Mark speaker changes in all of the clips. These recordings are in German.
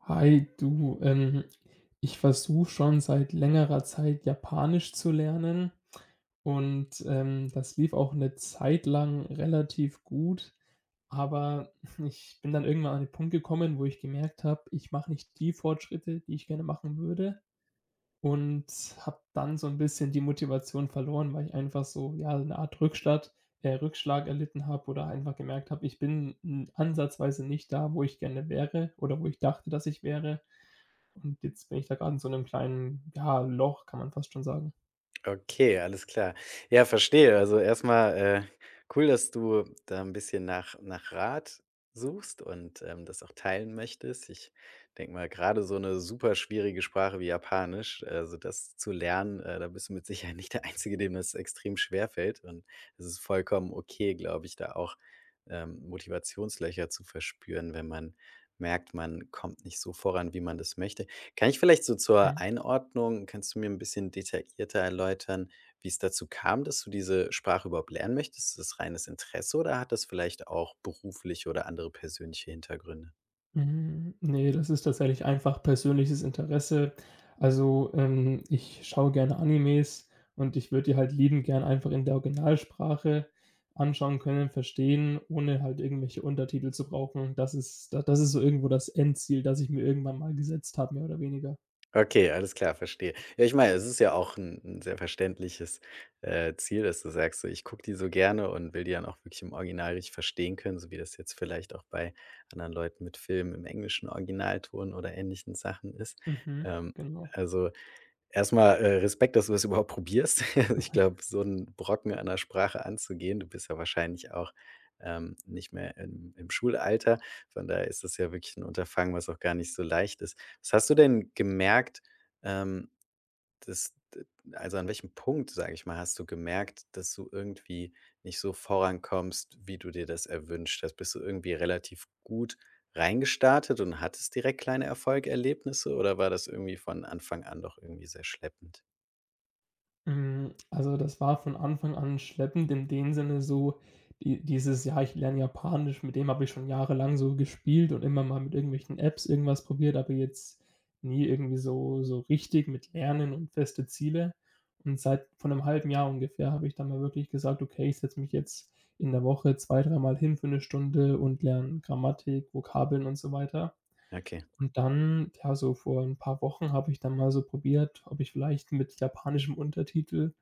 Speaker 1: Hi, du, ich versuche schon seit längerer Zeit Japanisch zu lernen und das lief auch eine Zeit lang relativ gut, aber ich bin dann irgendwann an den Punkt gekommen, wo ich gemerkt habe, ich mache nicht die Fortschritte, die ich gerne machen würde, und habe dann so ein bisschen die Motivation verloren, weil ich einfach so, ja, so eine Art Rückschlag erlitten habe oder einfach gemerkt habe, ich bin n ansatzweise nicht da, wo ich gerne wäre oder wo ich dachte, dass ich wäre. Und jetzt bin ich da gerade in so 'nem kleinen, ja, Loch, kann man fast schon sagen.
Speaker 2: Okay, alles klar. Ja, verstehe. Also erstmal äh, cool, dass du da ein bisschen nach Rat suchst und, das auch teilen möchtest. Ich denke mal, gerade so eine super schwierige Sprache wie Japanisch, also das zu lernen, da bist du mit Sicherheit nicht der Einzige, dem das extrem schwer fällt. Und es ist vollkommen okay, glaube ich, da auch, Motivationslöcher zu verspüren, wenn man merkt, man kommt nicht so voran, wie man das möchte. Kann ich vielleicht so zur
Speaker 1: Mhm.
Speaker 2: Einordnung kannst du mir ein bisschen detaillierter erläutern, wie es dazu kam, dass du diese Sprache überhaupt lernen möchtest? Ist das reines Interesse oder hat das vielleicht auch berufliche oder andere persönliche Hintergründe?
Speaker 1: Ne, das ist tatsächlich einfach persönliches Interesse. Also, ich schaue gerne Animes und ich würde die halt liebend gern einfach in der Originalsprache anschauen können, verstehen, ohne halt irgendwelche Untertitel zu brauchen. Das ist so irgendwo das Endziel, das ich mir irgendwann mal gesetzt habe, mehr oder weniger.
Speaker 2: Okay, alles klar, verstehe. Ja, ich meine, es ist ja auch ein 'n sehr verständliches, Ziel, dass du sagst, so: „Ich gucke die so gerne und will die dann auch wirklich im Original richtig verstehen können“, so wie das jetzt vielleicht auch bei anderen Leuten mit Filmen im englischen Originalton oder ähnlichen Sachen ist.
Speaker 1: Mhm.
Speaker 2: Ähm,
Speaker 1: Genau.
Speaker 2: also erstmal, Respekt, dass du das überhaupt probierst. Ich glaube, so einen Brocken an 'ner Sprache anzugehen, du bist ja wahrscheinlich auch, nicht mehr im Schulalter. Von daher ist das ja wirklich ein Unterfangen, was auch gar nicht so leicht ist. Was hast du denn gemerkt, ähm das also, an welchem Punkt, sage ich mal, hast du gemerkt, dass du irgendwie nicht so vorankommst, wie du dir das erwünscht hast? Bist du irgendwie relativ gut reingestartet und hattest direkt kleine Erfolgserlebnisse oder war das irgendwie von Anfang an doch irgendwie sehr schleppend?
Speaker 1: Also, das war von Anfang an schleppend in dem Sinne so, dieses „Ja, ich lerne Japanisch“, mit dem habe ich schon jahrelang so gespielt und immer mal mit irgendwelchen Apps irgendwas probiert, aber jetzt nie irgendwie so richtig mit Lernen und feste Ziele. Und seit von einem halben Jahr ungefähr habe ich dann mal wirklich gesagt: „Okay, ich setze mich jetzt in der Woche zwei dreimal hin für eine Stunde und lerne Grammatik, Vokabeln und so weiter.“
Speaker 2: Okay.
Speaker 1: Und dann, ja, so vor ein paar Wochen habe ich dann mal so probiert, ob ich vielleicht mit japanischem Untertitel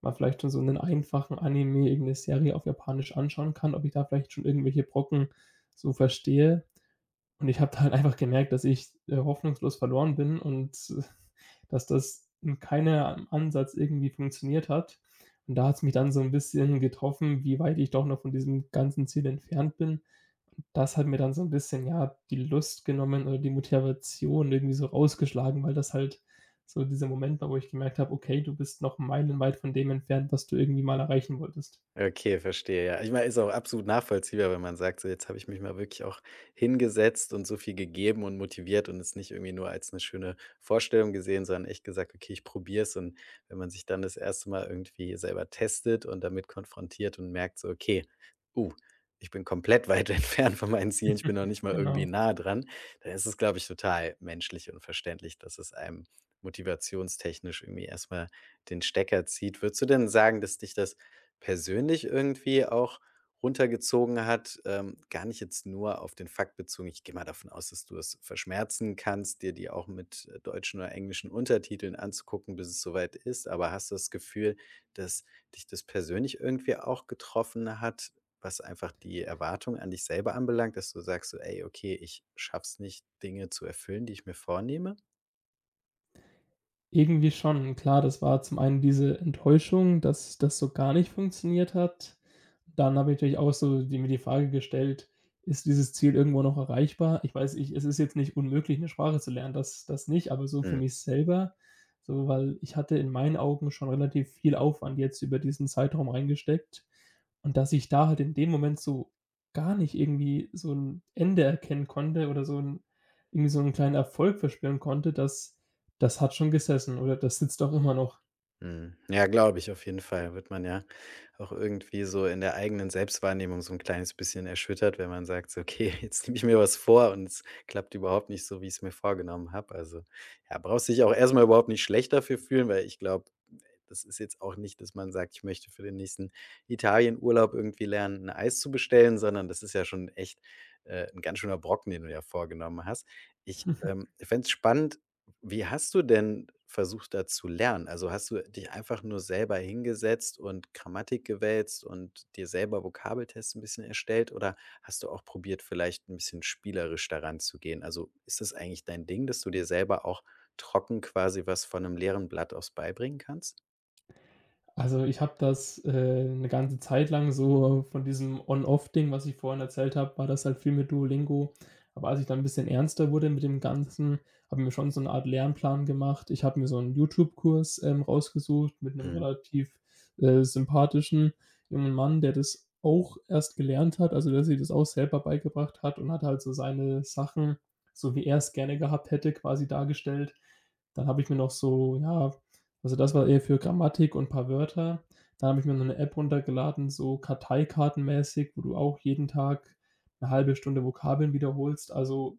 Speaker 1: mal vielleicht schon so 'nen einfachen Anime, irgend 'ne Serie auf Japanisch anschauen kann, ob ich da vielleicht schon irgendwelche Brocken so verstehe. Und ich habe da halt einfach gemerkt, dass ich, hoffnungslos verloren bin und dass das in keinem Ansatz irgendwie funktioniert hat. Und da hat's mich dann so 'n bisschen getroffen, wie weit ich doch noch von diesem ganzen Ziel entfernt bin. Das hat mir dann so ein bisschen, ja, die Lust genommen oder die Motivation irgendwie so rausgeschlagen, weil das halt so dieser Moment war, wo ich gemerkt habe: „Okay, du bist noch meilenweit von dem entfernt, was du irgendwie mal erreichen wolltest.“
Speaker 2: Okay, verstehe, ja. Ich meine, ist auch absolut nachvollziehbar, wenn man sagt: „So, jetzt habe ich mich mal wirklich auch hingesetzt und so viel gegeben und motiviert und es nicht irgendwie nur als eine schöne Vorstellung gesehen, sondern echt gesagt: ‚Okay, ich probiere es.‘“ Und wenn man sich dann das erste Mal irgendwie selber testet und damit konfrontiert und merkt so: „Okay, uh, ich bin komplett weit entfernt von meinen Zielen, ich bin noch nicht mal irgendwie
Speaker 1: Genau.
Speaker 2: nah dran.“ Dann ist es, glaube ich, total menschlich und verständlich, dass es einem motivationstechnisch irgendwie erst mal den Stecker zieht. Würdest du denn sagen, dass dich das persönlich irgendwie auch runtergezogen hat, gar nicht jetzt nur auf den Fakt bezogen. Ich gehe mal davon aus, dass du es verschmerzen kannst, dir die auch mit deutschen oder englischen Untertiteln anzugucken, bis es soweit ist. Aber hast du das Gefühl, dass dich das persönlich irgendwie auch getroffen hat, was einfach die Erwartung an dich selber anbelangt, dass du sagst so, ey, okay, ich schaff's nicht, Dinge zu erfüllen, die ich mir vornehme?
Speaker 1: Irgendwie schon. Klar, das war zum einen diese Enttäuschung, dass das so gar nicht funktioniert hat. Dann habe ich natürlich auch so die Frage gestellt: „Ist dieses Ziel irgendwo noch erreichbar?“ Ich weiß, ich es ist jetzt nicht unmöglich, eine Sprache zu lernen, das nicht, aber so für mich selber, so weil ich hatte in meinen Augen schon relativ viel Aufwand jetzt über diesen Zeitraum reingesteckt und dass ich da halt in dem Moment so gar nicht irgendwie so ein Ende erkennen konnte oder so 'n irgendwie so einen kleinen Erfolg verspüren konnte, das hat schon gesessen oder das sitzt auch immer noch.
Speaker 2: Mhm. Ja, glaube ich, auf jeden Fall wird man ja auch irgendwie so in der eigenen Selbstwahrnehmung so ein kleines bisschen erschüttert, wenn man sagt so: „Okay, jetzt nehme ich mir was vor und es klappt überhaupt nicht so, wie ich es mir vorgenommen habe.“ Also, ja, brauchst dich auch erst mal überhaupt nicht schlecht dafür fühlen, weil ich glaube, das ist jetzt auch nicht, dass man sagt, ich möchte für den nächsten Italienurlaub irgendwie lernen, ein Eis zu bestellen, sondern das ist ja schon echt, 'n ganz schöner Brocken, den du ja vorgenommen hast. Ich, fände es spannend, wie hast du denn versucht, da zu lernen? Also, hast du dich einfach nur selber hingesetzt und Grammatik gewälzt und dir selber Vokabeltests ein bisschen erstellt oder hast du auch probiert, vielleicht ein bisschen spielerisch daran zu gehen? Also, ist das eigentlich dein Ding, dass du dir selber auch trocken quasi was von einem leeren Blatt aus beibringen kannst?
Speaker 1: Also, ich habe das, 'ne ganze Zeit lang so von diesem On-Off-Ding, was ich vorhin erzählt habe, war das halt viel mit Duolingo. Aber als ich dann ein bisschen ernster wurde mit dem Ganzen, habe ich mir schon so eine Art Lernplan gemacht. Ich habe mir so einen YouTube-Kurs, rausgesucht mit einem
Speaker 2: Mhm.
Speaker 1: relativ, sympathischen jungen Mann, der das auch erst gelernt hat, also, der sich das auch selber beigebracht hat und hat halt so seine Sachen, so wie er es gerne gehabt hätte, quasi dargestellt. Dann habe ich mir noch so, ja, also, das war eher für Grammatik und paar Wörter. Dann habe ich mir noch 'ne App runtergeladen, so Karteikartenmäßig, wo du auch jeden Tag 'ne halbe Stunde Vokabeln wiederholst. Also,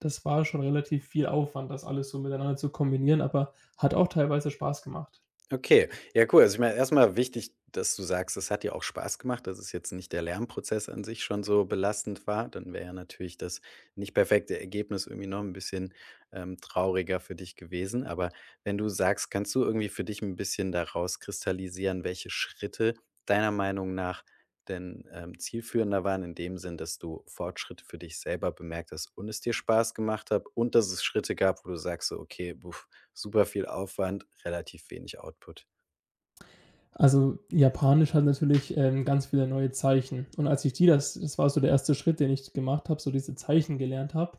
Speaker 1: das war schon relativ viel Aufwand, das alles so miteinander zu kombinieren, aber hat auch teilweise Spaß gemacht.
Speaker 2: Okay, ja, cool. Also ich meine, erstmal wichtig, dass du sagst, es hat dir auch Spaß gemacht, dass es jetzt nicht der Lernprozess an sich schon so belastend war. Dann wäre ja natürlich das nicht perfekte Ergebnis irgendwie noch ein bisschen, trauriger für dich gewesen. Aber wenn du sagst, kannst du irgendwie für dich ein bisschen daraus kristallisieren, welche Schritte deiner Meinung nach denn, zielführender waren in dem Sinn, dass du Fortschritte für dich selber bemerkt hast und es dir Spaß gemacht hat und dass es Schritte gab, wo du sagst so: „Okay, super viel Aufwand, relativ wenig Output.
Speaker 1: Also Japanisch hat natürlich, ganz viele neue Zeichen. Und als ich die das das war so der erste Schritt, den ich gemacht habe, so diese Zeichen gelernt habe.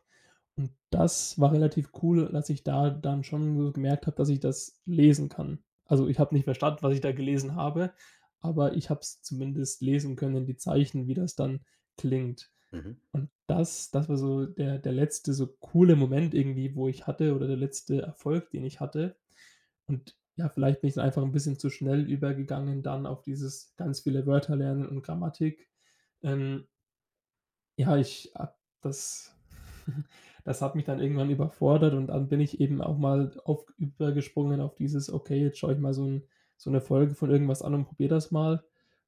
Speaker 1: Und das war relativ cool, dass ich da dann schon so gemerkt habe, dass ich das lesen kann. Also, ich habe nicht verstanden, was ich da gelesen habe, aber ich habe es zumindest lesen können, die Zeichen, wie das dann klingt.
Speaker 2: Mhm.
Speaker 1: Und das das war so der der letzte so coole Moment irgendwie, wo ich hatte oder der letzte Erfolg, den ich hatte, und ja, vielleicht bin ich dann einfach ein bisschen zu schnell übergegangen dann auf dieses ganz viele Wörter lernen und Grammatik. Ähm, ja, ich habe das das hat mich dann irgendwann überfordert und dann bin ich eben auch mal auf übergesprungen auf dieses: „Okay, jetzt schaue ich mal so 'ne Folge von irgendwas an und probiere das mal.“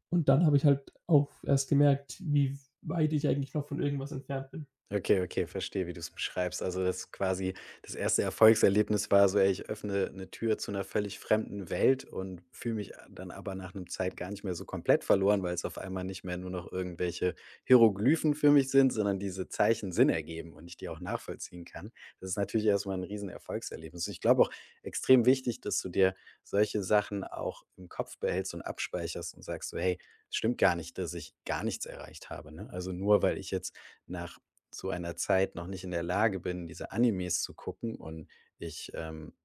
Speaker 1: Und dann habe ich halt auch erst gemerkt, wie weit ich eigentlich noch von irgendwas entfernt bin.
Speaker 2: Okay, okay, verstehe, wie du es beschreibst. Also, dass quasi das erste Erfolgserlebnis war so: „Ey, ich öffne eine Tür zu einer völlig fremden Welt und fühle mich a dann aber nach einem Zeit gar nicht mehr so komplett verloren, weil es auf einmal nicht mehr nur noch irgendwelche Hieroglyphen für mich sind, sondern diese Zeichen Sinn ergeben und ich die auch nachvollziehen kann.“ Das ist natürlich erstmal ein riesen Erfolgserlebnis. Ich glaube auch extrem wichtig, dass du dir solche Sachen auch im Kopf behältst und abspeicherst und sagst so: „Hey, es stimmt gar nicht, dass ich gar nichts erreicht habe“, ne? Also, nur weil ich jetzt nach zu einer Zeit noch nicht in der Lage bin, diese Animes zu gucken und ich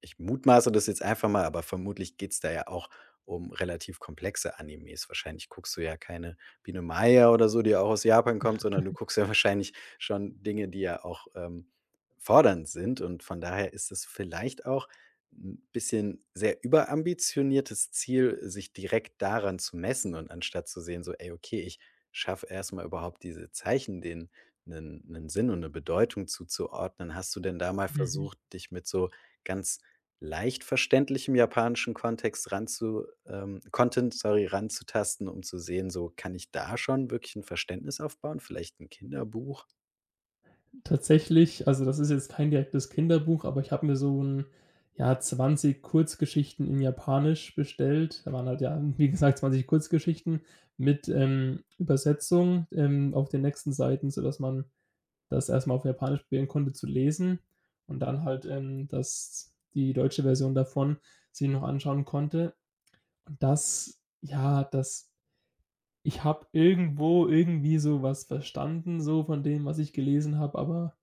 Speaker 2: ich mutmaße das jetzt einfach mal, aber vermutlich geht's da ja auch um relativ komplexe Animes. Wahrscheinlich guckst du ja keine Biene Maya oder so, die ja auch aus Japan kommt, sondern du guckst ja wahrscheinlich schon Dinge, die ja auch, fordernd sind, und von daher ist es vielleicht auch ein bisschen sehr überambitioniertes Ziel, sich direkt daran zu messen und anstatt zu sehen so: „Ey, okay, ich schaffe erst mal überhaupt diese Zeichen, den einen 'nen Sinn und eine Bedeutung zuzuordnen. Hast du denn da mal
Speaker 1: Mhm.
Speaker 2: versucht, dich mit so ganz leicht verständlichem japanischen Kontext ranzu Content, sorry, ranzutasten, um zu sehen, so kann ich da schon wirklich ein Verständnis aufbauen, vielleicht ein Kinderbuch?
Speaker 1: Tatsächlich, also das ist jetzt kein direktes Kinderbuch, aber ich habe mir so ein, ja, 20 Kurzgeschichten in Japanisch bestellt. Da waren halt, ja, wie gesagt, 20 Kurzgeschichten mit, Übersetzung, auf den nächsten Seiten, sodass man das erstmal auf Japanisch probieren konnte zu lesen und dann halt, das die deutsche Version davon sich noch anschauen konnte. Und das ja, das Ich habe irgendwo irgendwie so was verstanden so von dem, was ich gelesen habe, aber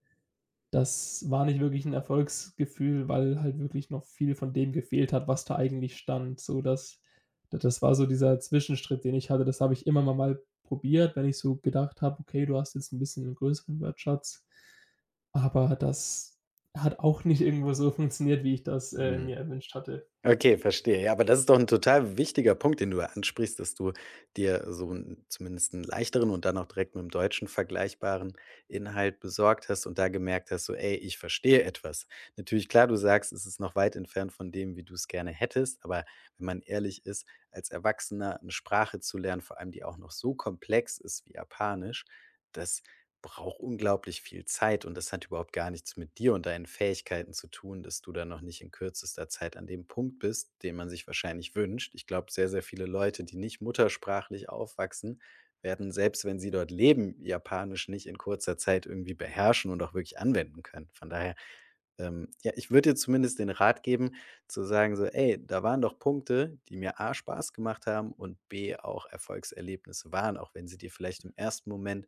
Speaker 1: das war nicht wirklich 'n Erfolgsgefühl, weil halt wirklich noch viel von dem gefehlt hat, was da eigentlich stand. So, das war so dieser Zwischenschritt, den ich hatte. Das habe ich immer mal probiert, wenn ich so gedacht habe: „Okay, du hast jetzt 'n bisschen 'nen größeren Wertschatz.“ Aber das hat auch nicht irgendwo so funktioniert, wie ich das,
Speaker 2: Mhm.
Speaker 1: mir erwünscht hatte.
Speaker 2: Okay, verstehe. Ja, aber das ist doch ein total wichtiger Punkt, den du da ansprichst, dass du dir so 'n zumindest einen leichteren und dann auch direkt mit dem Deutschen vergleichbaren Inhalt besorgt hast und da gemerkt hast, so: „Ey, ich verstehe etwas.“ Natürlich, klar, du sagst, es ist noch weit entfernt von dem, wie du es gerne hättest, aber wenn man ehrlich ist, als Erwachsener eine Sprache zu lernen, vor allem die auch noch so komplex ist wie Japanisch, das braucht unglaublich viel Zeit, und das hat überhaupt gar nichts mit dir und deinen Fähigkeiten zu tun, dass du da noch nicht in kürzester Zeit an dem Punkt bist, den man sich wahrscheinlich wünscht. Ich glaube, sehr, sehr viele Leute, die nicht muttersprachlich aufwachsen, werden, selbst wenn sie dort leben, Japanisch nicht in kurzer Zeit irgendwie beherrschen und auch wirklich anwenden können. Von daher, ja, ich würde dir zumindest den Rat geben, zu sagen so, ey, da waren doch Punkte, die mir A, Spaß gemacht haben und B, auch Erfolgserlebnisse waren, auch wenn sie dir vielleicht im ersten Moment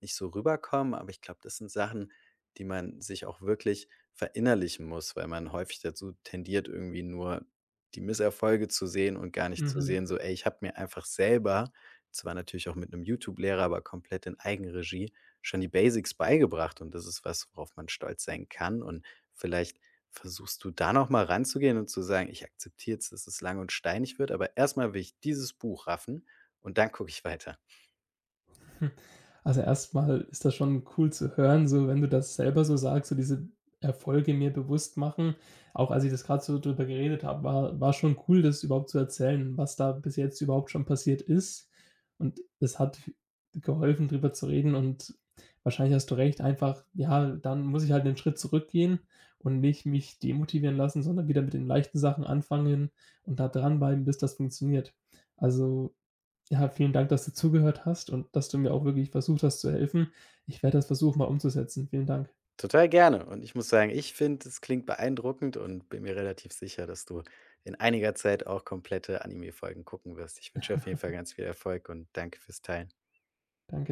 Speaker 2: nicht so rüberkommen, aber ich glaube, das sind Sachen, die man sich auch wirklich verinnerlichen muss, weil man häufig dazu tendiert, irgendwie nur die Misserfolge zu sehen und gar nicht zu sehen,
Speaker 1: Mhm.
Speaker 2: so, ey, ich habe mir einfach selber, zwar natürlich auch mit einem YouTube-Lehrer, aber komplett in Eigenregie, schon die Basics beigebracht, und das ist was, worauf man stolz sein kann, und vielleicht versuchst du da noch mal ranzugehen und zu sagen: „Ich akzeptiere jetzt, dass es lang und steinig wird, aber erstmal will ich dieses Buch raffen und dann gucke ich weiter.“
Speaker 1: Hm. Also, erstmal ist das schon cool zu hören, so wenn du das selber so sagst, so diese Erfolge mir bewusst machen. Auch als ich das gerade so drüber geredet habe, war schon cool, das überhaupt zu erzählen, was da bis jetzt überhaupt schon passiert ist. Und es hat geholfen, drüber zu reden, und wahrscheinlich hast du recht, einfach ja, dann muss ich halt 'nen Schritt zurückgehen und nicht mich demotivieren lassen, sondern wieder mit den leichten Sachen anfangen und da dranbleiben, bis das funktioniert. Also, ja, vielen Dank, dass du zugehört hast und dass du mir auch wirklich versucht hast zu helfen. Ich werde das versuchen, mal umzusetzen. Vielen Dank.
Speaker 2: Total gerne. Und ich muss sagen, ich finde, es klingt beeindruckend, und bin mir relativ sicher, dass du in einiger Zeit auch komplette Anime-Folgen gucken wirst. Ich wünsche auf jeden Fall ganz viel Erfolg und danke fürs Teilen.
Speaker 1: Danke.